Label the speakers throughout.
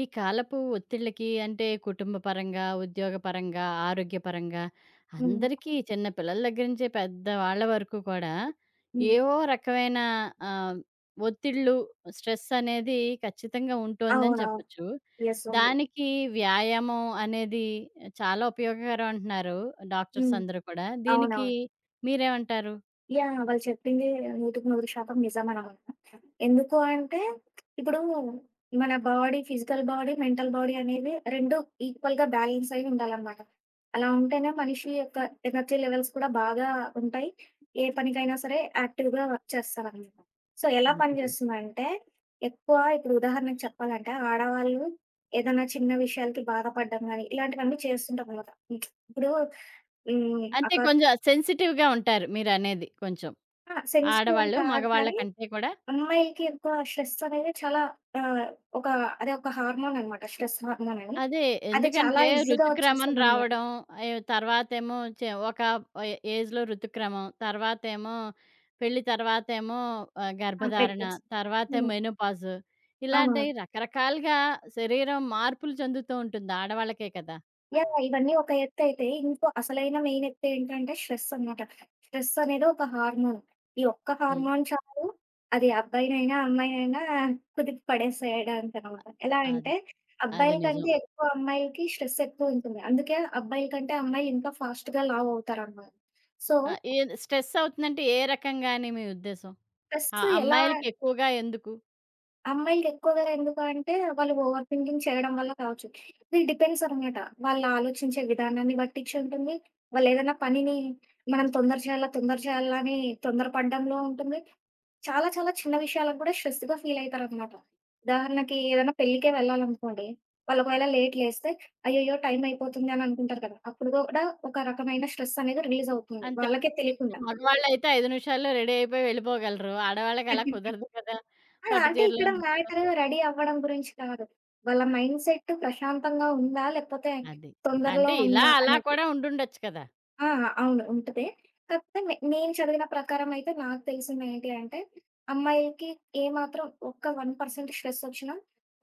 Speaker 1: ఈ కాలపు ఒత్తిళ్ళకి అంటే కుటుంబపరంగా, ఉద్యోగపరంగా, ఆరోగ్యపరంగా
Speaker 2: హ్మ్.
Speaker 1: అందరికీ చిన్న పిల్లల దగ్గర నుంచి పెద్ద వాళ్ళ వరకు కూడా
Speaker 2: హ్మ్.
Speaker 1: ఏవో రకమైన ఆహ్, ఒత్తిళ్ళు, స్ట్రెస్ అనేది ఖచ్చితంగా ఉంటోందని
Speaker 2: అవునవును.
Speaker 1: చెప్పొచ్చు.
Speaker 2: యెస్. ఉంది.
Speaker 1: దానికి వ్యాయామం అనేది చాలా ఉపయోగకరం అంటున్నారు డాక్టర్స్
Speaker 2: హ్మ్.
Speaker 1: అందరూ కూడా. దీనికి
Speaker 2: అవునవును.
Speaker 1: మీరేమంటారు?
Speaker 2: యాహ్! వాళ్ళు చెప్పింది 100కి 100% నిజమనమాట. ఎందుకు అంటే, ఇప్పుడు మన body, physical body, mental body అనేవి 2 ఈక్వల్‌గా బ్యాలెన్స్ అయ్యి ఉండాలనమాట. అలా ఉంటేనే మనిషి యొక్క ఎనర్జీ లెవెల్స్ కూడా బాగా ఉంటాయి. ఏ పనికైనా సరే యాక్టివ్‌గా వర్క్ చేస్తారనమాట. సో, ఎలా
Speaker 1: అంతేలే.
Speaker 2: పనిచేస్తుందంటే, ఎక్కువ ఇప్పుడు ఉదాహరణకు చెప్పాలంటే, ఆడవాళ్ళు ఏదైనా చిన్న విషయాలకి బాధపడడం గానీ, ఇలాంటివన్నీ చేస్తుంటాం కదా! ఇప్పుడు హ్మ్.
Speaker 1: అంటే
Speaker 2: ఒక
Speaker 1: కొంచెం సెన్సిటివ్‌గా ఉంటారు మీరనేది కొంచెం.
Speaker 2: ఆ! సెన్సిటివ్ అని
Speaker 1: ఆడవాళ్ళు
Speaker 2: కాదు
Speaker 1: మగవాళ్ళ
Speaker 2: కానీ
Speaker 1: కంటే కూడా
Speaker 2: అమ్మాయిలకి ఎక్కువ స్ట్రెస్ అనేది చాలా ఆహ్, ఒక అదే ఒక హార్మోన్ అనమాట. స్ట్రెస్ హార్మోన్ అని.
Speaker 1: అదే.
Speaker 2: అది చాలా
Speaker 1: ఎందుకంటే
Speaker 2: ఈజీగా
Speaker 1: ఋతుక్రమం
Speaker 2: వచ్చేస్తదనమాట.
Speaker 1: రావడం, అయ్ తర్వాతేమో చే ఒక ఏ ఏజ్‌లో ఋతుక్రమం, తర్వాతేమో పెళ్లి తర్వాతేమో
Speaker 2: ఆ!
Speaker 1: గర్భధారణ,
Speaker 2: ప్రెగ్నెన్సీ.
Speaker 1: తర్వాతేమో
Speaker 2: హ్మ్.
Speaker 1: మెనోపాజ్. ఇలాంటి
Speaker 2: అవునవును.
Speaker 1: రకరకాలుగా శరీరం మార్పులు చెందుతూ ఉంటుంది. ఆడవాళ్ళకే కదా!
Speaker 2: యాహ్! ఇవన్నీ ఒక ఎత్తైతే, ఇంకో అసలైన మెయిన్ ఎత్తేంటంటే స్ట్రెస్ అనమాట. స్ట్రెస్ అనేది ఒక హార్మోన్. ఈ ఒక్క
Speaker 1: హ్మ్.
Speaker 2: హార్మోన్ చాలు అది అబ్బాయినైనా, అమ్మాయినైనా కుదిపి పడేసేయడానికనమాట. ఎలా
Speaker 1: అది.
Speaker 2: అంటే
Speaker 1: అది
Speaker 2: అబ్బాయిల కంటే
Speaker 1: నిజం.
Speaker 2: ఎక్కువ అమ్మాయిలకి స్ట్రెస్ ఎక్కువుంటుంది. అందుకే అబ్బాయిల కంటే అమ్మాయిలు ఇంకా ఫాస్ట్‌గా లావవుతారనమాట. సో
Speaker 1: ఆహ్, ఏన్ స్ట్రెస్ అవుతుందంటే ఏ రకంగా అని మీ ఉద్దేశం? ఆ
Speaker 2: స్ట్రెస్ ఎలా
Speaker 1: అమ్మాయిలకి ఎక్కువగా ఎందుకు?
Speaker 2: అమ్మాయిలకెక్కువగా ఎందుకు అంటే, వాళ్ళు ఓవర్ థింకింగ్ చేయడం వల్ల కావచ్చు. ఇది డిపెండ్స్ అనమాట. వాళ్ళు ఆలోచించే విధానాన్ని బట్టిచ్చి ఉంటుంది. వాళ్ళేదైనా పనిని మనం తొందర చేయాలా అని తొందర పడడంలో ఉంటుంది. చాలా చాలా చిన్న విషయాలకు కూడా స్ట్రెస్‌గా ఫీలయితారనమాట. ఉదాహరణకి ఏదైనా పెళ్ళికే వెళ్ళాలనుకోండి, వాళ్ళు ఒకవేళ లేట్ లేస్తే, అయ్యయ్యో! టైం అయిపోతుంది అని అనుకుంటారు కదా! అప్పుడు కూడా ఒక రకమైన స్ట్రెస్ అనేది రిలీజ్ అవుతుంది.
Speaker 1: అంతే.
Speaker 2: వాళ్ళకే
Speaker 1: లేకపోతే
Speaker 2: తెలియకుండా.
Speaker 1: మగవాళ్ళైతే 5 నిమిషాల్లో రెడీ అయిపోయి వెళ్ళిపోగలరు. ఆడవాళ్ళకి అలా కుదరదు కదా!
Speaker 2: ఆ!
Speaker 1: పట్టు
Speaker 2: అంటే
Speaker 1: చీరలో
Speaker 2: ఇక్కడ మ్యాటరు రెడీ అవ్వడం గురించి కాదు. వాళ్ళ మైండ్‌సెట్ ప్రశాంతంగా ఉందా? లేకపోతే
Speaker 1: అది.
Speaker 2: తొందరలో
Speaker 1: అంటే ఇలా,
Speaker 2: ఉందా?
Speaker 1: అలా
Speaker 2: అనేది.
Speaker 1: కూడా ఉండుండొచ్చు కదా!
Speaker 2: ఆ! అవును. ఉంటది. కాకపోతే నేను చదివిన ప్రకారం అయితే నాకు తెలిసింది ఏంటి అంటే, అమ్మాయిలకి ఏమాత్రం ఒక్క 1% స్ట్రెస్ ఒచ్చినా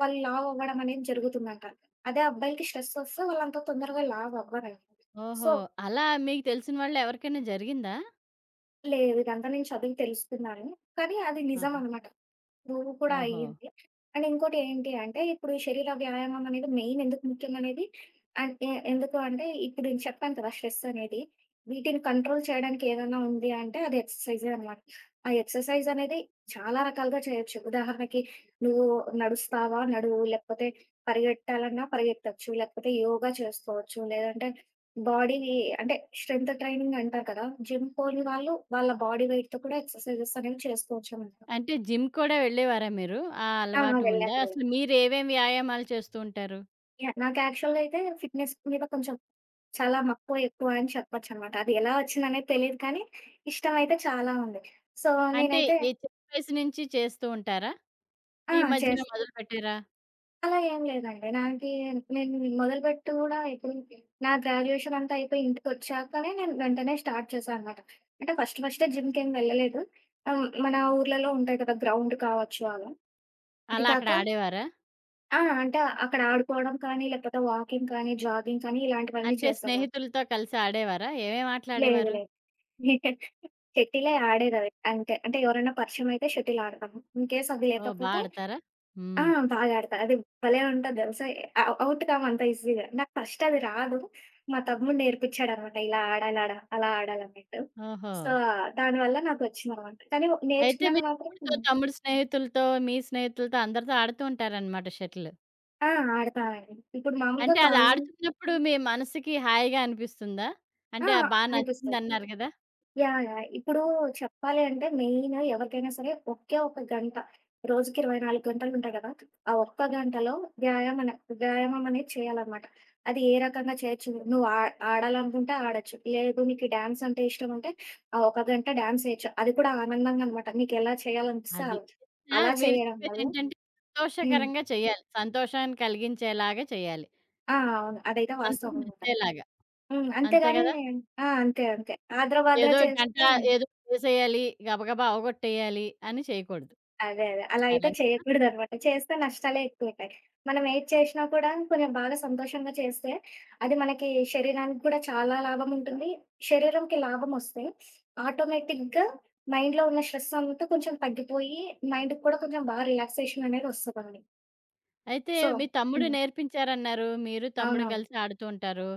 Speaker 2: వాళ్ళు లావు అవ్వడం అనేది జరుగుతుందంట. అదే అబ్బాయిలకి స్ట్రెస్ ఒస్తే వాళ్ళంత తొందరగా లావు అవ్వరంట. సో
Speaker 1: ఓహో! అలా మీకు తెలిసిన వాళ్ళు ఎవరికైనా జరిగిందా?
Speaker 2: లేదు. ఇదంతా నేను చదివి తెలుసుకున్నాను. కానీ అది
Speaker 1: ఆహా!
Speaker 2: నిజమనమాట. నువ్వు కూడా
Speaker 1: ఓహో!
Speaker 2: అయ్యింది. అండ్ ఇంకోటి ఏంటి అంటే, ఇప్పుడు ఈ శరీర వ్యాయామం అనేది మెయిన్ ఎందుకు ముఖ్యమనేది అండ్ ఎందుకు అంటే, ఇప్పుడు నేను చెప్పాను కదా! స్ట్రెస్ అనేది. వీటిని కంట్రోల్ చేయడానికి ఏదైనా ఉంది అంటే, అది ఎక్సర్‌సైజే అనమాట. ఆ ఎక్సర్‌సైజ్ అనేది చాలా రకాలుగా చేయొచ్చు. ఉదాహరణకి నువ్వు నడుస్తావా? నడువు. లేకపోతే పరిగెట్టాలన్నా పరిగెత్తొచ్చు. లేకపోతే యోగా చేసుకోవచ్చు. లేదంటే బాడీ అంటే స్ట్రెంత్ ట్రైనింగ్ అంటారు కదా! జిమ్ పోని వాళ్ళు వాళ్ళ బాడీ వెయిట్‌తో కూడా ఎక్సర్‌సైజెస్ అనేవి చేసుకోవచ్చు అన్నమాట.
Speaker 1: అంటే జిమ్ కూడా వెళ్ళేవారా మీరు? ఆ
Speaker 2: ఆ!
Speaker 1: అలవాటు ఉందా?
Speaker 2: వెళ్ళాను.
Speaker 1: అసలు మీరేవేం వ్యాయామాలు చేస్తూ ఉంటారు?
Speaker 2: యాహ్! నాకు యాక్చువల్‌గా అయితే ఫిట్‌నెస్ మీద కొంచెం చాలా మక్కువ ఎక్కువ అని చెప్పొచ్చనమాట. అది ఎలా వచ్చిందనేది తెలీదు కానీ, ఇష్టమైతే చాలా ఉంది. సో,
Speaker 1: అంటే
Speaker 2: నేనైతే
Speaker 1: ఈ చిన్న వయసు నుంచి చేస్తూ ఉంటారా?
Speaker 2: ఆ!
Speaker 1: ఈ మధ్యన
Speaker 2: చేస్తా.
Speaker 1: మొదలుపెట్టారా?
Speaker 2: అలా ఏం లేదండి. నేను మొదలుపెట్టి కూడా ఇప్పుడు నా గ్రాడ్యుయేషన్ అంతా అయిపోయి ఇంటికొచ్చాకనే నేను వెంటనే స్టార్ట్ చేశా అనమాట. అంటే ఫస్టే జిమ్‌కేం వెళ్ళలేదు. మన ఊర్లలో ఉంటాయి కదా! గ్రౌండ్ కావచ్చు అలా. అది
Speaker 1: అలా అక్కడ
Speaker 2: కాక
Speaker 1: ఆడేవారా?
Speaker 2: ఆ! అంటే అక్కడ ఆడుకోవడం కానీ, లేకపోతే వాకింగ్ కానీ, జాగింగ్ కానీ ఇలాంటివన్నీ
Speaker 1: అంటే
Speaker 2: చేసేదాన్ని.
Speaker 1: స్నేహితులతో కలిసి ఆడేవారా? ఏమేమి
Speaker 2: లేదు
Speaker 1: ఆటలాడేవారు?
Speaker 2: లేదు. షటిలే ఆడేదది. అంతే. అంటే అంటే ఎవరైనా పరిచయమయితే షటిల్ ఆడతాము. ఇన్‌కేస్ అది
Speaker 1: ఓహ్! బా
Speaker 2: లేకపోతే
Speaker 1: ఆడతారా?
Speaker 2: ఆ!
Speaker 1: హ్మ్.
Speaker 2: బాగా ఆడతా. అది భలే ఉంటది తెలుసా! ఔట్ కాము అంత ఈజీగా. నాకు ఫస్ట్ అది రాదు. మా తమ్ముడు నేర్పించాడనమాట. ఇలా ఆడాలాడ అలా ఆడాలన్నట్టు.
Speaker 1: ఓహో!
Speaker 2: సో, దానివల్ల నాకొచ్చిందనమాట. కానీ
Speaker 1: అయితే మీ
Speaker 2: నేర్చుకున్నాక మాత్రం
Speaker 1: తమ్ముడితో, తమ్ముడు స్నేహితులతో, మీ స్నేహితులతో అందరితో ఆడుతూ ఉంటారనమాట షటిల్.
Speaker 2: ఆ! ఆడతానండి. ఇప్పుడు మామూలుగా
Speaker 1: అంటే అది
Speaker 2: కాళ్ళు
Speaker 1: ఆడుతున్నప్పుడు మీ మనసుకి హాయిగా అనిపిస్తుందా?
Speaker 2: ఆ!
Speaker 1: అంటే బా
Speaker 2: అనిపిస్తది.
Speaker 1: నచ్చిందన్నారు గదా!
Speaker 2: యాహ్! యాహ్! ఇప్పుడు చెప్పాలి అంటే మెయిన్ ఎవరికైనా సరే ఒకే ఒక గంట, రోజుకి 24 గంటలుంటాయి గదా! ఆ ఒక్క గంటలో వ్యాయామన వ్యాయామం అనేది చేయాలనమాట. అది ఏ రకంగా చేయొచ్చు నువ్వు ఆడాలనుకుంటే ఆడొచ్చు. లేదు నీకు డాన్స్ అంటే ఇష్టముంటే ఆ ఒక గంట డాన్స్ చేయొచ్చు. అది కూడా ఆనందంగా అనమాట. నీకెలా చేయాలనిపిస్తే
Speaker 1: అది.
Speaker 2: అలా.
Speaker 1: ఆ!
Speaker 2: అలా
Speaker 1: మీరు
Speaker 2: చేయడం వల్ల
Speaker 1: చెప్పేదేంటంటే
Speaker 2: హ్మ్.
Speaker 1: సంతోషకరంగా చేయాలి. సంతోషాన్ని కలిగించేలాగా చేయాలి.
Speaker 2: ఆ! అవును. అదైతే
Speaker 1: మనసుకి
Speaker 2: వాస్తవం అనమాట.
Speaker 1: నచ్చేలాగా.
Speaker 2: హ్మ్.
Speaker 1: అంతే
Speaker 2: అంతేగాని
Speaker 1: గదా!
Speaker 2: ఆ! అంతే. అంతే. ఆద్ర బాద్ర
Speaker 1: ఏదో గంట
Speaker 2: చేస్తే
Speaker 1: ఏదో చేసేయాలి, గబగబా అవగొట్టేయాలి అని చేయకూడదు.
Speaker 2: అదే. అదే. అలా
Speaker 1: అంటారు
Speaker 2: అయితే
Speaker 1: అంతేనా?
Speaker 2: చేయకూడదనమాట. చేస్తే నష్టాలే ఎక్కువుంటాయి. మనం ఏది చేషినా కూడా కొంచెం బాగా సంతోషంగా చేస్తే, అది మనకి శరీరానికి కూడా చాలా లాభముంటుంది. శరీరంకి లాభమొస్తే ఆటోమేటిక్‌గా మైండ్‌లో ఉన్న స్ట్రెస్ అంతా కొంచెం తగ్గిపోయి, మైండ్‌కి కూడా కొంచెం బాగా రిలాక్సేషన్ అనేది వస్తదండి.
Speaker 1: అయితే
Speaker 2: సో
Speaker 1: మీ తమ్ముడు
Speaker 2: హ్మ్.
Speaker 1: నేర్పించారన్నారు. మీరు తమ్ముడు
Speaker 2: అవునవును.
Speaker 1: కలిసి ఆడుతూ ఉంటారు.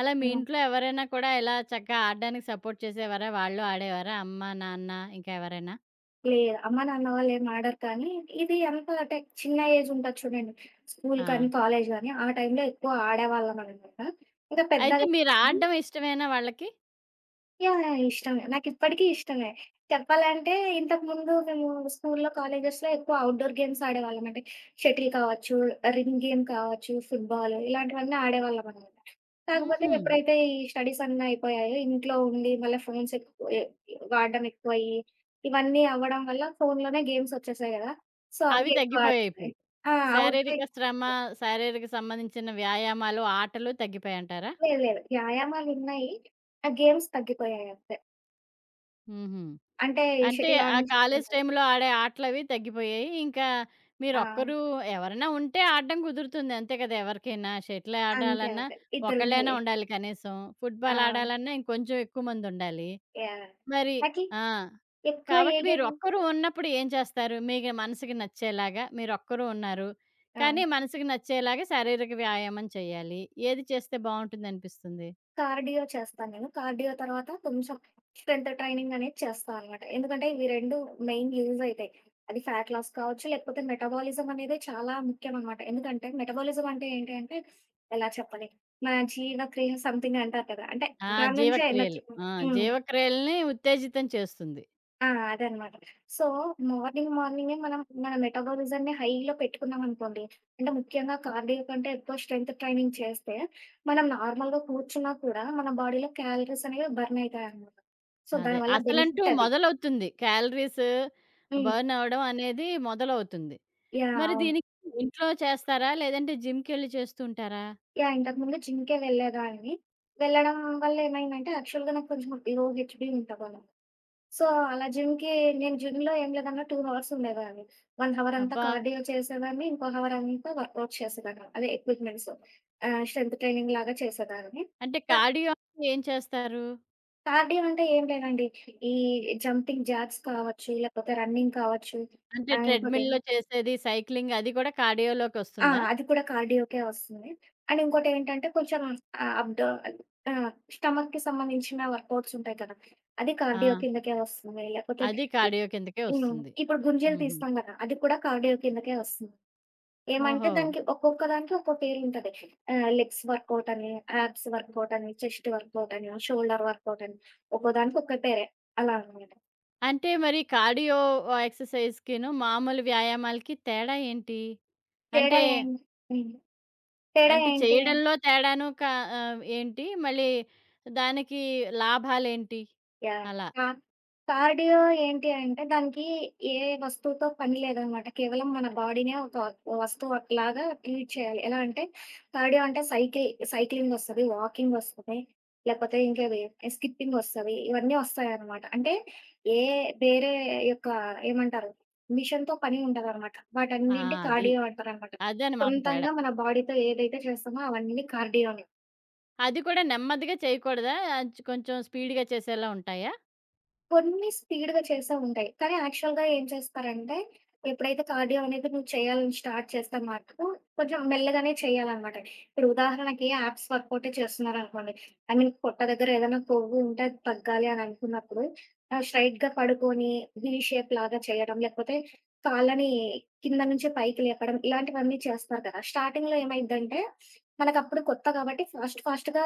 Speaker 1: అలా మీ
Speaker 2: హ్మ్.
Speaker 1: ఇంట్లో ఎవరైనా కూడా ఇలా చక్కగా ఆడడానికి సపోర్ట్ చేసేవారా? వాళ్ళు ఆడేవారా? అమ్మ, నాన్న ఇంకా ఎవరైనా?
Speaker 2: లేదు. అమ్మ, నాన్న వాళ్ళేం ఆడరు కానీ, ఇది ఎంత అంటే చిన్న ఏజ్ ఉంటది చూడండి. స్కూల్
Speaker 1: ఆ!
Speaker 2: కానీ, కాలేజ్ గానీ, ఆ టైంలో ఎక్కువ ఆడేవాళ్ళమనమాట. ఇంకా
Speaker 1: అయితే
Speaker 2: పెద్దగా
Speaker 1: మీరాడడం ఇష్టమేనా వాళ్ళకి?
Speaker 2: యాహ్! యాహ్! ఇష్టమే. నాకిప్పటికీ ఇష్టమే. చెప్పాలంటే ఇంతకుముందు మేము స్కూల్లో, కాలేజెస్‌లో ఎక్కువ ఔట్‌డోర్ గేమ్స్ ఆడేవాళ్ళమంటే షటిల్ కావచ్చు, రింగ్ గేమ్ కావచ్చు, ఫుట్‌బాల్ ఇలాంటివన్నీ ఆడేవాళ్ళమనమాట. కాకపోతే
Speaker 1: హుహు.
Speaker 2: ఎప్పుడైతే ఈ స్టడీస్ అన్నీ అయిపోయాయో ఇంట్లో ఉండి మళ్ళీ ఫోన్స్ ఎక్కువ ఎ వాడడం ఎక్కువయ్యి, ఇవన్నీ అవ్వడం వల్ల ఫోన్‌లోనే గేమ్స్ వచ్చేసాయి గదా! సో,
Speaker 1: అవి
Speaker 2: అవి ఎక్కువ
Speaker 1: తగ్గిపోయాయిప్పుడు.
Speaker 2: ఆడుతున్నాయి. ఆ! ఔట్
Speaker 1: శారీరక
Speaker 2: సైడ్
Speaker 1: శ్రమ, శారీరక సంబంధించిన వ్యాయామాలు, ఆటలు తగ్గిపోయాయంటారా?
Speaker 2: లేదు. లేదు. వ్యాయామాలున్నాయి. ఆ గేమ్స్ తగ్గిపోయాయి అంతే.
Speaker 1: హుహు.
Speaker 2: అంటే
Speaker 1: అంటే
Speaker 2: షటిల్
Speaker 1: ఆ
Speaker 2: ఆడని చెప్పాను
Speaker 1: కాలేజీ
Speaker 2: కదా!
Speaker 1: టైంలో ఆడే ఆటలవి తగ్గిపోయాయి. ఇంకా
Speaker 2: ఆ!
Speaker 1: మీరొక్కరు ఎవరైనా ఉంటే ఆడడం కుదురుతుంది. అంతే కదా! ఎవరికైనా షటిల్
Speaker 2: అంతే.
Speaker 1: ఆడాలన్నా
Speaker 2: అంతే.
Speaker 1: ఒకళ్ళైనా
Speaker 2: ఇద్దరుండాలి.
Speaker 1: ఉండాలి కనీసం.
Speaker 2: ఆ!
Speaker 1: ఫుట్‌బాల్ ఆడాలన్నా ఇంకొంచెం ఎక్కువ మందుండాలి.
Speaker 2: యాహ్!
Speaker 1: మరి
Speaker 2: నాకి
Speaker 1: ఆ!
Speaker 2: ఎక్కువ ఏ
Speaker 1: కాబట్టి
Speaker 2: గేమ్
Speaker 1: మీరొక్కరు ఉన్నప్పుడు ఏం చేస్తారు? మీకు మనసుకి నచ్చేలాగా మీరొక్కరు ఉన్నారు.
Speaker 2: ఆ!
Speaker 1: కానీ మనసుకి నచ్చేలాగా శారీరక వ్యాయామం చేయాలి. ఏది చేస్తే బావుంటుందనిపిస్తుంది?
Speaker 2: కార్డియో చేస్తాను నేను. కార్డియో తర్వాత కొంచెం స్ట్రెంత్ ట్రైనింగ్ అనేది చేస్తా అనమాట. ఎందుకంటే ఇవి 2 మెయిన్ యూజ్ అయితాయి. అది ఫ్యాట్ లాస్ కావచ్చు, లేకపోతే మెటబాలిజం అనేది చాలా ముఖ్యం అనమాట. ఎందుకంటే మెటబాలిజం అంటే ఏంటి అంటే ఎలా చెప్పాలి? మన జీవక్రియ సంథింగ్ అంటారు కదా! అంటే
Speaker 1: ఆ!
Speaker 2: దాని నుంచే
Speaker 1: జీవక్రియలు.
Speaker 2: ఎనర్జీ
Speaker 1: ఆ!
Speaker 2: హ్మ్.
Speaker 1: జీవక్రియలని ఉత్తేజితం చేస్తుంది.
Speaker 2: ఆ! అదనమాట. సో, మార్నింగ్ మార్నింగే మనం మన మెటబాలిజంని హైలో పెట్టుకున్నామనుకోండి, అంటే ముఖ్యంగా కార్డియో కంటే ఎక్కువ స్ట్రెంత్ ట్రైనింగ్ చేస్తే, మనం నార్మల్‌గా కూర్చున్నా కూడా మన బాడీలో క్యాలరీస్ అనేవి బర్న్ అయితాయనమాట. సో,
Speaker 1: అదే.
Speaker 2: దానివల్ల
Speaker 1: అసలంటూ
Speaker 2: బెనిఫిట్ అది.
Speaker 1: మొదలవుతుంది. క్యాలరీస్
Speaker 2: హ్మ్.
Speaker 1: బర్న్ అవ్వడం అనేది మొదలవుతుంది.
Speaker 2: యాహ్!
Speaker 1: మరి
Speaker 2: అవును.
Speaker 1: దీనికి ఇంట్లో చేస్తారా? లేదంటే జిమ్‌కెళ్ళి చేస్తూ ఉంటారా?
Speaker 2: యాహ్! ఇంతకుముందు జిమ్‌కే వెళ్ళేదాన్ని. వెళ్ళడం వల్ల ఏమైందంటే యాక్చువల్‌గా నాకు కొంచెం లో హెచ్‌బీ ఉంటదనమాట. సో, అలా జిమ్‌కి నేను జిమ్‌లో ఏం లేదన్నా 2 హవర్స్ ఉండేదాన్ని. 1 హవర్ అంతా
Speaker 1: అబ్బా!
Speaker 2: కార్డియో చేసేదాన్ని. ఇంకో హవర్ అంతా వర్కౌట్ చేసేదాన్ని. అదే ఎక్విప్‌మెంట్స్ స్ట్రెంత్ ట్రైనింగ్ లాగా చేసేదాన్ని.
Speaker 1: అంటే
Speaker 2: క
Speaker 1: కార్డియో ఏం చేస్తారు?
Speaker 2: కార్డియో అంటే ఏం లేదండి. ఈ జంపింగ్ జాక్స్ కావచ్చు, లేకపోతే రన్నింగ్ కావచ్చు.
Speaker 1: అంటే
Speaker 2: ఆహ్, ఇంకోటి
Speaker 1: ట్రెడ్‌మిల్‌లో చేసేది, సైక్లింగ్ అది కూడా
Speaker 2: ఆ!
Speaker 1: కార్డియోలోకొస్తుందా?
Speaker 2: అది కూడా కార్డియోకే వస్తుంది. అండ్ ఇంకోటేంటంటే కొంచెం ఆహ్, అప్ డౌ ఆహ్, స్టమక్‌కి సంబంధించిన వర్కౌట్స్ ఉంటాయి కదా! అది
Speaker 1: ఆ!
Speaker 2: కార్డియో కిందకే వస్తుంది. లేకపోతే
Speaker 1: అది కార్డియో కిందకే
Speaker 2: ఈ హ్మ్.
Speaker 1: వస్తుంది.
Speaker 2: ఇప్పుడు గుంజీలు
Speaker 1: హుహు.
Speaker 2: తీస్తాం గదా! అది కూడా కార్డియో కిందకే వస్తుంది. ఏమంటే
Speaker 1: ఓహో!
Speaker 2: దానికి ఒక్కొక్క దానికి ఒక్కో పేరుంటది. లెగ్స్ వర్కౌట్ అని, యాబ్స్ వర్కౌట్ అని, చెస్ట్ వర్కౌట్ అని, షోల్డర్ వర్కౌట్ అని. ఒక్కో దానికి ఒక్క పేరే అలా అన్నమాట.
Speaker 1: అంటే మరి కార్డియో ఎక్సర్‌సైజ్‌కిను, మామూలు వ్యాయామాలకి తేడా ఏంటి?
Speaker 2: తేడా
Speaker 1: అంటే,
Speaker 2: ఏం హ్మ్. తేడా
Speaker 1: అంటే
Speaker 2: ఏంటి?
Speaker 1: చేయడంలో తేడాను క ఆహ్, ఏంటి? మళ్ళీ దానికి లాభాలేంటి?
Speaker 2: యాహ్!
Speaker 1: అలా.
Speaker 2: కా కార్డియో ఏంటి అంటే దానికి ఏ వస్తువుతో పని లేదనమాట. కేవలం మన బాడీనే ఒక వస్తువు లాగా ట్రీట్ చేయాలి. ఎలా అంటే కార్డియో అంటే సైక్లింగ్ వస్తది, వాకింగ్ వస్తది, లేకపోతే ఇంకేవి స్కిప్పింగ్ వస్తది. ఇవన్నీ వస్తాయనమాట. అంటే ఏ వేరే యొక్క ఏమంటారు మిషన్‌తో పని ఉండదనమాట.
Speaker 1: ఆ!
Speaker 2: వాటన్నింటిని
Speaker 1: అది.
Speaker 2: కార్డియో అంటారనమాట.
Speaker 1: అదనమాట తేడా.
Speaker 2: సొంతంగా మన బాడీతో ఏదైతే చేస్తామో అవన్నీ కార్డియోనే.
Speaker 1: అది కూడా నెమ్మదిగా చేయకూడదా? కొంచెం స్పీడ్‌గా చేసేలా ఉంటాయా?
Speaker 2: కొన్ని స్పీడ్‌గా చేసే ఉంటాయి. కానీ యాక్చువల్‌గా ఏం చేస్తారంటే, ఎప్పుడైతే కార్డియో అనేది నువ్వు చేయాలని స్టార్ట్ చేస్తే మటుకు, కొంచెం మెల్లగానే చేయాలనమాట. ఇప్పుడు ఉదాహరణకి యాప్స్ వర్కౌటే చేస్తున్నారనుకోండి, ఐ మీన్ పొట్ట దగ్గర ఏదైనా కొవ్వు ఉంటే అది తగ్గాలి అని అనుకున్నప్పుడు, స్ట్రెయిట్‌గా పడుకొని వీ షేప్ లాగా చేయడం, లేకపోతే కాళ్ళని కింద నుంచి పైకి లేపడం, ఇలాంటివన్నీ చేస్తారు కదా! స్టార్టింగ్‌లో ఏమైద్దంటే, మనకప్పుడు కొత్త కాబట్టి ఫాస్ట్‌గా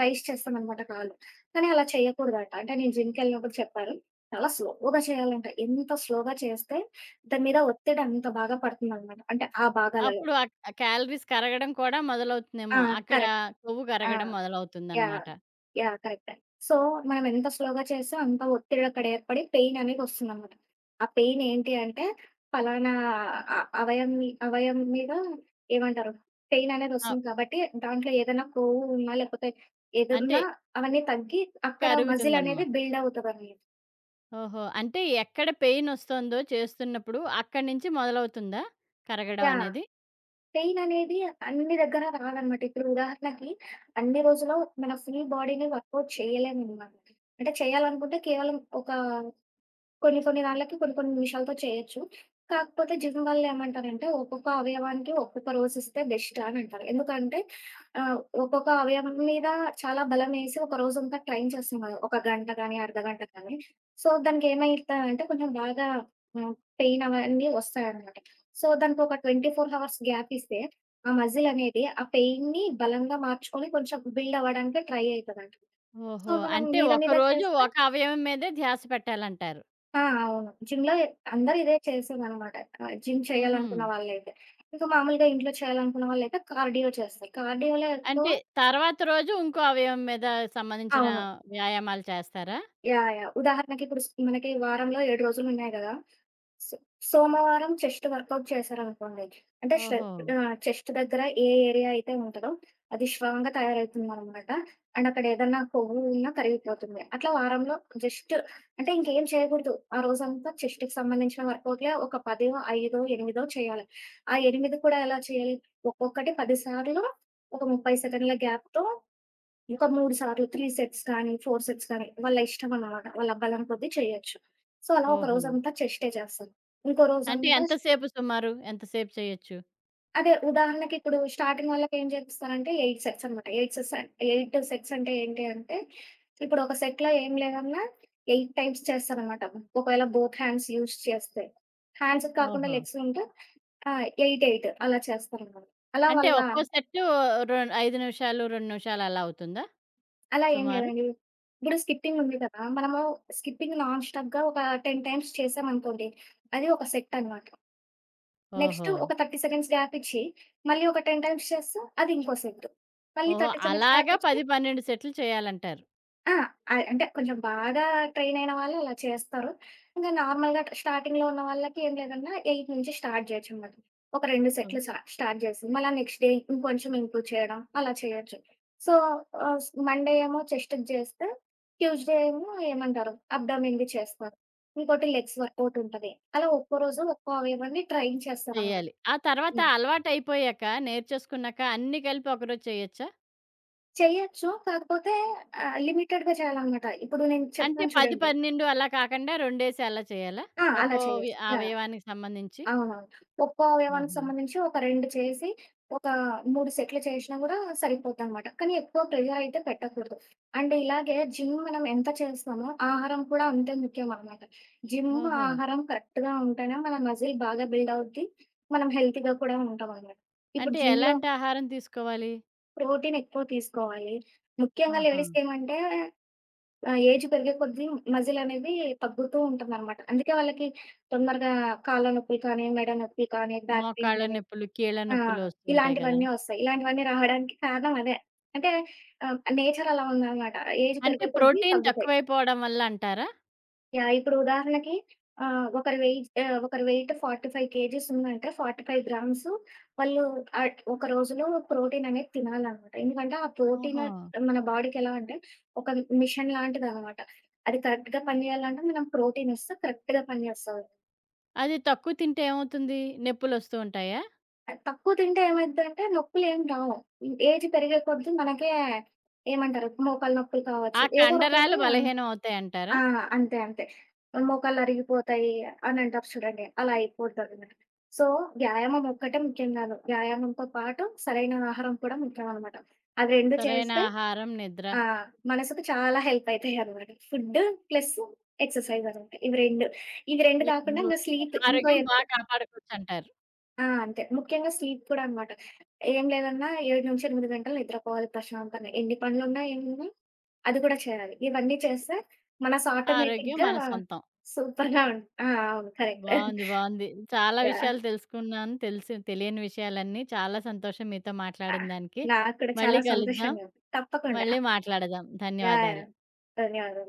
Speaker 2: రైజ్ చేస్తామనమాట కాళ్ళు. కానీ అలా చేయకూడదంట. అంటే నేను జిమ్‌కెళ్ళినప్పుడు చెప్పారు. చాలా స్లోగా చేయాలంట. ఎంత స్లోగా చేస్తే దాని మీద ఒత్తిడి అంత బాగా పడుతుందనమాట. అంటే ఆ భాగాలలో.
Speaker 1: అప్పుడు ఆ ఆ క్యాలరీస్ కరగడం కూడా
Speaker 2: ఆ!
Speaker 1: మొదలవుతుందేమో. అక్కడ
Speaker 2: కరెక్ట్.
Speaker 1: కొవ్వు
Speaker 2: ఆ!
Speaker 1: కరగడం
Speaker 2: యాహ్!
Speaker 1: మొదలవుతుందనమాట.
Speaker 2: యాహ్! కరెక్టే. సో, మనం ఎంత స్లోగా చేస్తే అంత ఒత్తిడి అక్కడ ఏర్పడి పెయిన్ అనేది వస్తుందనమాట. ఆ పెయిన్ ఏంటి అంటే పలానా అవయం మీద ఏమంటారు? పెయిన్ అనేది
Speaker 1: ఆహ్,
Speaker 2: వస్తుంది కాబట్టి దాంట్లో ఏదైనా కొవ్వు ఉన్నా లేకపోతే
Speaker 1: అంటే
Speaker 2: ఏదున్నా అవన్నీ తగ్గి అక్కడ మజిల్ అనేది
Speaker 1: కరుగుతుందనమాట.
Speaker 2: బిల్డ్ అవుతదనమాట.
Speaker 1: ఓహో! అంటే ఎక్కడ పెయినొస్తోందో చేస్తున్నప్పుడు అక్కడి నుంచి మొదలవుతుందా కరగడం
Speaker 2: యాహ్!
Speaker 1: అనేది?
Speaker 2: పెయిన్ అనేది అన్ని దగ్గర రాదనమాట. ఇప్పుడు ఉదాహరణకి అన్ని రోజులు మన ఫుల్ బాడీని వర్కౌట్ చేయలేమనమాట. అంటే చేయాలనుకుంటే కేవలం ఒక కొన్ని కొన్ని దాన్లకి కొన్ని కొన్ని నిమిషాలతో చేయొచ్చు. కాకపోతే జిమ్ వాళ్ళేమంటారంటే, ఒక్కొక్క అవయవానికి ఒక్కొక్క రోజిస్తే బెస్ట్ అని అంటారు. ఎందుకంటే ఆహ్, ఒక్కొక్క అవయవం మీద చాలా బలమేసి ఒక రోజంతా ట్రైన్ చేస్తాం గదా! ఒక గంట గానీ, అర్ధగంట గానీ. సో, దానికేమైతదంటే కొంచెం బాగా హ్మ్, పెయిన్ అవన్నీ వస్తాయన్నమాట. సో, దానికొక 24 హవర్స్ గ్యాప్ ఇస్తే, ఆ మజిల్ అనేది ఆ పెయిన్‌ని బలంగా మార్చుకొని కొంచెం బిల్డ్ అవ్వడానికి ట్రై అయితదంట. సో,
Speaker 1: ఓహో!
Speaker 2: మనం
Speaker 1: అంటే
Speaker 2: మీద మీద
Speaker 1: ఒకరోజు
Speaker 2: చేస్తే
Speaker 1: ఒక అవయవం మీదే ధ్యాస పెట్టాలంటారు.
Speaker 2: ఆ! అవును. జిమ్‌లో అందరూ ఇదే చేసేదనమాట. జిమ్
Speaker 1: హుహు.
Speaker 2: చేయాలనుకున్న వాళ్ళైతే. ఇంకా మామూలుగా ఇంట్లో చేయాలనుకున్న వాళ్ళైతే కార్డియో చేస్తారు. కార్డియోలో ఎక్కువ
Speaker 1: అంటే తర్వాత రోజు ఇంకో అవయవం మీద సంబంధించిన
Speaker 2: అవును.
Speaker 1: వ్యాయామాలు చేస్తారా?
Speaker 2: యాహ్! యాహ్! ఉదాహరణకిప్పుడు స్ మనకి వారంలో 7 రోజులున్నాయి గదా! సో సోమవారం చెస్ట్ వర్కౌట్ చేశారనుకోండి. అంటే ష
Speaker 1: ఓహో!
Speaker 2: చెస్ట్ దగ్గర ఏ ఏరియా అయితే ఉంటదో అది శ్వాంగా తయారవుతుందనమాట. అండ్ అక్కడ ఏదన్నా కొవ్వు ఉన్నా కరిగిపోతుంది. అట్లా వారంలో జస్ట్ అంటే ఇంకేం చేయకూడదు. ఆ రోజంతా చెస్ట్‌కి సంబంధించిన వర్కౌట్‌లే ఒక 10, 5, 8 చేయాలి. ఆ 8 కూడా ఎలా చేయాలి? ఒక్కొక్కటి 10 సార్లు ఒక 30 సెకన్ల గ్యాప్‌తో ఒక 3 సార్లు 3 సెట్స్ కానీ, 4 సెట్స్ కానీ వాళ్ళ ఇష్టం అన్నమాట. వాళ్ళ బలం కొద్దీ చేయొచ్చు. సో, అలా ఒక
Speaker 1: ఓహో!
Speaker 2: రోజంతా చెస్టే చేస్తాను. ఇంకో
Speaker 1: అంటే
Speaker 2: రోజంతా
Speaker 1: ఎంతసేపు సుమారు? ఎంతసేపు చేయొచ్చు?
Speaker 2: అదే ఉదాహరణకి ఇప్పుడు స్టార్టింగ్ వాళ్ళకేం చేపిస్తానంటే 8 సెట్స్ అనమాట. 8 సెట్స్ అంటే ఏంటి అంటే, ఇప్పుడు ఒక సెట్‌లో ఏం లేదన్నా 8 టైమ్స్ చేస్తారనమాట. ఒకవేళ బోత్ హ్యాండ్స్ యూజ్ చేస్తే. హ్యాండ్స్ కాకుండా
Speaker 1: ఓహో!
Speaker 2: లెగ్స్ ఉంటే 8, 8 అలా చేస్తారనమాట. అలా
Speaker 1: అంటే
Speaker 2: వాళ్ళ
Speaker 1: ఒక్కో సెట్టు 5 నిమిషాలు, 2 నిమిషాలు అలా అవుతుందా
Speaker 2: అలా ఏం
Speaker 1: సుమారు?
Speaker 2: లేదండి. ఇప్పుడు స్కిప్పింగ్ ఉంది కదా! మనము స్కిప్పింగ్ నాన్ స్టాప్‌గా ఒక 10 టైమ్స్ చేశామనుకోండి, అది ఒక సెట్ అనమాట. నెక్స్ట్
Speaker 1: ఓహో!
Speaker 2: ఒక 30 సెకండ్స్ గ్యాప్ ఇచ్చి, మళ్ళీ ఒక 10 టైమ్స్ చేస్తే అది ఇంకో సెట్. మళ్ళీ
Speaker 1: ఓహో!
Speaker 2: 30 సెకండ్స్ గ్యాప్
Speaker 1: అలాగా
Speaker 2: ఇచ్చి
Speaker 1: 10, 12 సెట్‌లు చేయాలంటారు.
Speaker 2: ఆ! అంటే కొంచెం బాగా ట్రైన్ అయిన వాళ్ళు అలా చేస్తారు. ఇంక నార్మల్‌గా స్టార్టింగ్‌లో ఉన్న వాళ్ళకి ఏం లేదన్నా 8 నుంచి స్టార్ట్ జేయొచ్చనమాట. ఒక 2
Speaker 1: హ్మ్.
Speaker 2: సెట్లు స్టార్ట్ చేసి, మళ్ళా నెక్స్ట్ డే ఇంకొంచెం ఇంప్రూవ్ చేయడం అలా చేయొచ్చు. సో, ఆహ్, స్ మండే ఏమో చెస్ట్‌ది చేస్తే, ట్యూస్‌డే ఏమో ఏమంటారు అబ్డోమెన్‌ది చేస్తారు. ఇంకోటి లెగ్స్ వర్కౌట్ ఉంటది. అలా ఒక్కో రోజు ఒక్కో అవయవాన్ని ట్రైన్ చేస్తారనమాట.
Speaker 1: చెయ్యాలి. ఆ తర్వాత
Speaker 2: హ్మ్.
Speaker 1: అలవాటయిపోయాక, నేర్చేసుకున్నాక అన్నీ కలిపి ఒకరోజు చేయొచ్చా?
Speaker 2: చెయ్యొచ్చు. కాకపోతే లిమిటెడ్‌గా చేయాలనమాట. ఇప్పుడు నేను
Speaker 1: అంటే
Speaker 2: చెప్తాను
Speaker 1: 10,
Speaker 2: చూడండి.
Speaker 1: 12 అలా కాకుండా రెండేసి అలా చేయాలా?
Speaker 2: ఆ! అలా
Speaker 1: ఒక్కో
Speaker 2: చేయొచ్చు. యాహ్!
Speaker 1: అవయవానికి సంబంధించి?
Speaker 2: అవునవును. ఒక్క అవయవానికి
Speaker 1: ఓహో!
Speaker 2: సంబంధించి ఒక 2 చేసి, ఒక 3 సెట్‌లు చేషినా గూడా సరిపోద్దనమాట. కానీ ఎక్కువ ప్రెషరయితే పెట్టకూడదు. అండ్ ఇలాగే జిమ్ మనం ఎంత చేస్తామో, ఆహారం కూడా అంతే ముఖ్యమనమాట. జిమ్,
Speaker 1: ఓహో!
Speaker 2: ఆహారం కరెక్ట్‌గా ఉంటేనే మన మజిల్ బాగా బిల్డ్ అవుద్ది. మనం హెల్తీగా కూడా ఉంటామనమాట. ఇప్పుడు
Speaker 1: అంటే
Speaker 2: జిమ్‌లో
Speaker 1: ఎలాంటి ఆహారం తీసుకోవాలి?
Speaker 2: ప్రోటీనెక్కువ తీసుకోవాలి. ముఖ్యంగా
Speaker 1: ఆహా!
Speaker 2: లేడీస్‌కేమంటే ఆ! ఏజ్ పెరిగే కొద్దీ మజిల్ అనేది తగ్గుతూ ఉంటుందనమాట. అందుకే వాళ్ళకి తొందరగా కాళ్ళ నొప్పులు కానీ, మెడ నొప్పి కానీ, బ్యాక్ పెయిన్
Speaker 1: మోకాళ్ళ
Speaker 2: గాని
Speaker 1: నొప్పులు, కీళ్ళ
Speaker 2: ఆ!
Speaker 1: నొప్పులు వస్తూ ఉంటాయి కదా!
Speaker 2: ఇలాంటివన్నీ ఒస్తాయి. ఇలాంటివన్నీ రావడానికి కారణం అదే. అంటే నేచర్ అలా ఉందనమాట. ఏజ్
Speaker 1: అంటే
Speaker 2: పెరిగే కొద్దీ
Speaker 1: ప్రోటీన్
Speaker 2: తగ్గుతాయి.
Speaker 1: తక్కువైపోవడం వల్ల అంటారా?
Speaker 2: యాహ్! ఇప్పుడు ఉదాహరణకి ఒకరి వెయిట్ 45 కేజీస్ ఉందంటే 45 గ్రామ్స్ వాళ్ళు ఒక రోజులో ప్రోటీన్ అనేది తినాలనమాట. ఎందుకంటే ఆ ప్రోటీన్
Speaker 1: ఓహో!
Speaker 2: మన బాడీకి ఎలా అంటే ఒక మిషన్ లాంటిదనమాట. అది కరెక్ట్‌గా పని చేయాలంటే మనం ప్రోటీన్ ఇస్తే కరెక్ట్‌గా పని చేస్తది.
Speaker 1: అది తక్కువ తింటే ఏమవుతుంది? నొప్పులొస్తూ ఉంటాయా?
Speaker 2: అది తక్కువ తింటే ఏమైద్దంటే నొప్పులేం రావు. ఏజ్ పెరిగే కొద్దీ మనకే మోకాళ్ళ నొప్పులు
Speaker 1: ఆ
Speaker 2: కావచ్చు. ఏదో
Speaker 1: కండరాలు
Speaker 2: రకంగా
Speaker 1: బలహీనం అవుతాయంటారా?
Speaker 2: ఆ! అంతే. అంతే. మోకాళ్ళరిగిపోతాయి అనంటారు చూడండి. అలా అయిపోతదనమాట. సో, వ్యాయామం ఒక్కటే ముఖ్యం గాదు. వ్యాయామంతో పాటు సరైన ఆహారం కూడా ముఖ్యమనమాట. అది 2
Speaker 1: సరైన
Speaker 2: చేస్తే
Speaker 1: ఆహారం, నిద్ర
Speaker 2: ఆ! మనసుకు చాలా హెల్ప్ అయితాయనమాట. ఫుడ్ ప్లస్ ఎక్సర్‌సైజ్ అనమాట. ఇవి 2. ఇవి 2
Speaker 1: ఈ
Speaker 2: కాకుండా
Speaker 1: 2 ఉంటే
Speaker 2: స్లీప్ ఇంకో
Speaker 1: ఆరోగ్యం బా
Speaker 2: ఎక్
Speaker 1: కాపాడుకోవచ్చంటారు.
Speaker 2: ఆ! అంతే. ముఖ్యంగా స్లీప్ కూడా అనమాట. ఏం లేదన్నా 7-8 గంటలు నిద్రపోవాలి ప్రశాంతంగా. ఎన్ని పనులున్నా ఏమున్నా అది కూడా చేయాలి. ఇవన్నీ చేస్తే మనసు
Speaker 1: ఆరోగ్యం
Speaker 2: ఆటోమేటిక్‌గా
Speaker 1: మన సొంతం.
Speaker 2: సూపర్‌గా ఉం ఆ! అవును. కరెక్ట్.
Speaker 1: బావుంది. బావుంది. చాలా
Speaker 2: యాహ్!
Speaker 1: విషయాలు తెలుసుకున్నాను. తెలిసి తెలియని విషయాలన్నీ. చాలా సంతోషం మీతో మాట్లాడిన
Speaker 2: ఆహ్,
Speaker 1: దానికి.
Speaker 2: నాకు కూడా
Speaker 1: మళ్ళీ
Speaker 2: చాలా
Speaker 1: కలుద్దాం.
Speaker 2: సంతోషంగా ఉంది. తప్పకుండా.
Speaker 1: మళ్ళీ మాట్లాడదాం.
Speaker 2: యాహ్! యాహ్!
Speaker 1: ధన్యవాదాలు.
Speaker 2: ధన్యవాదాలు.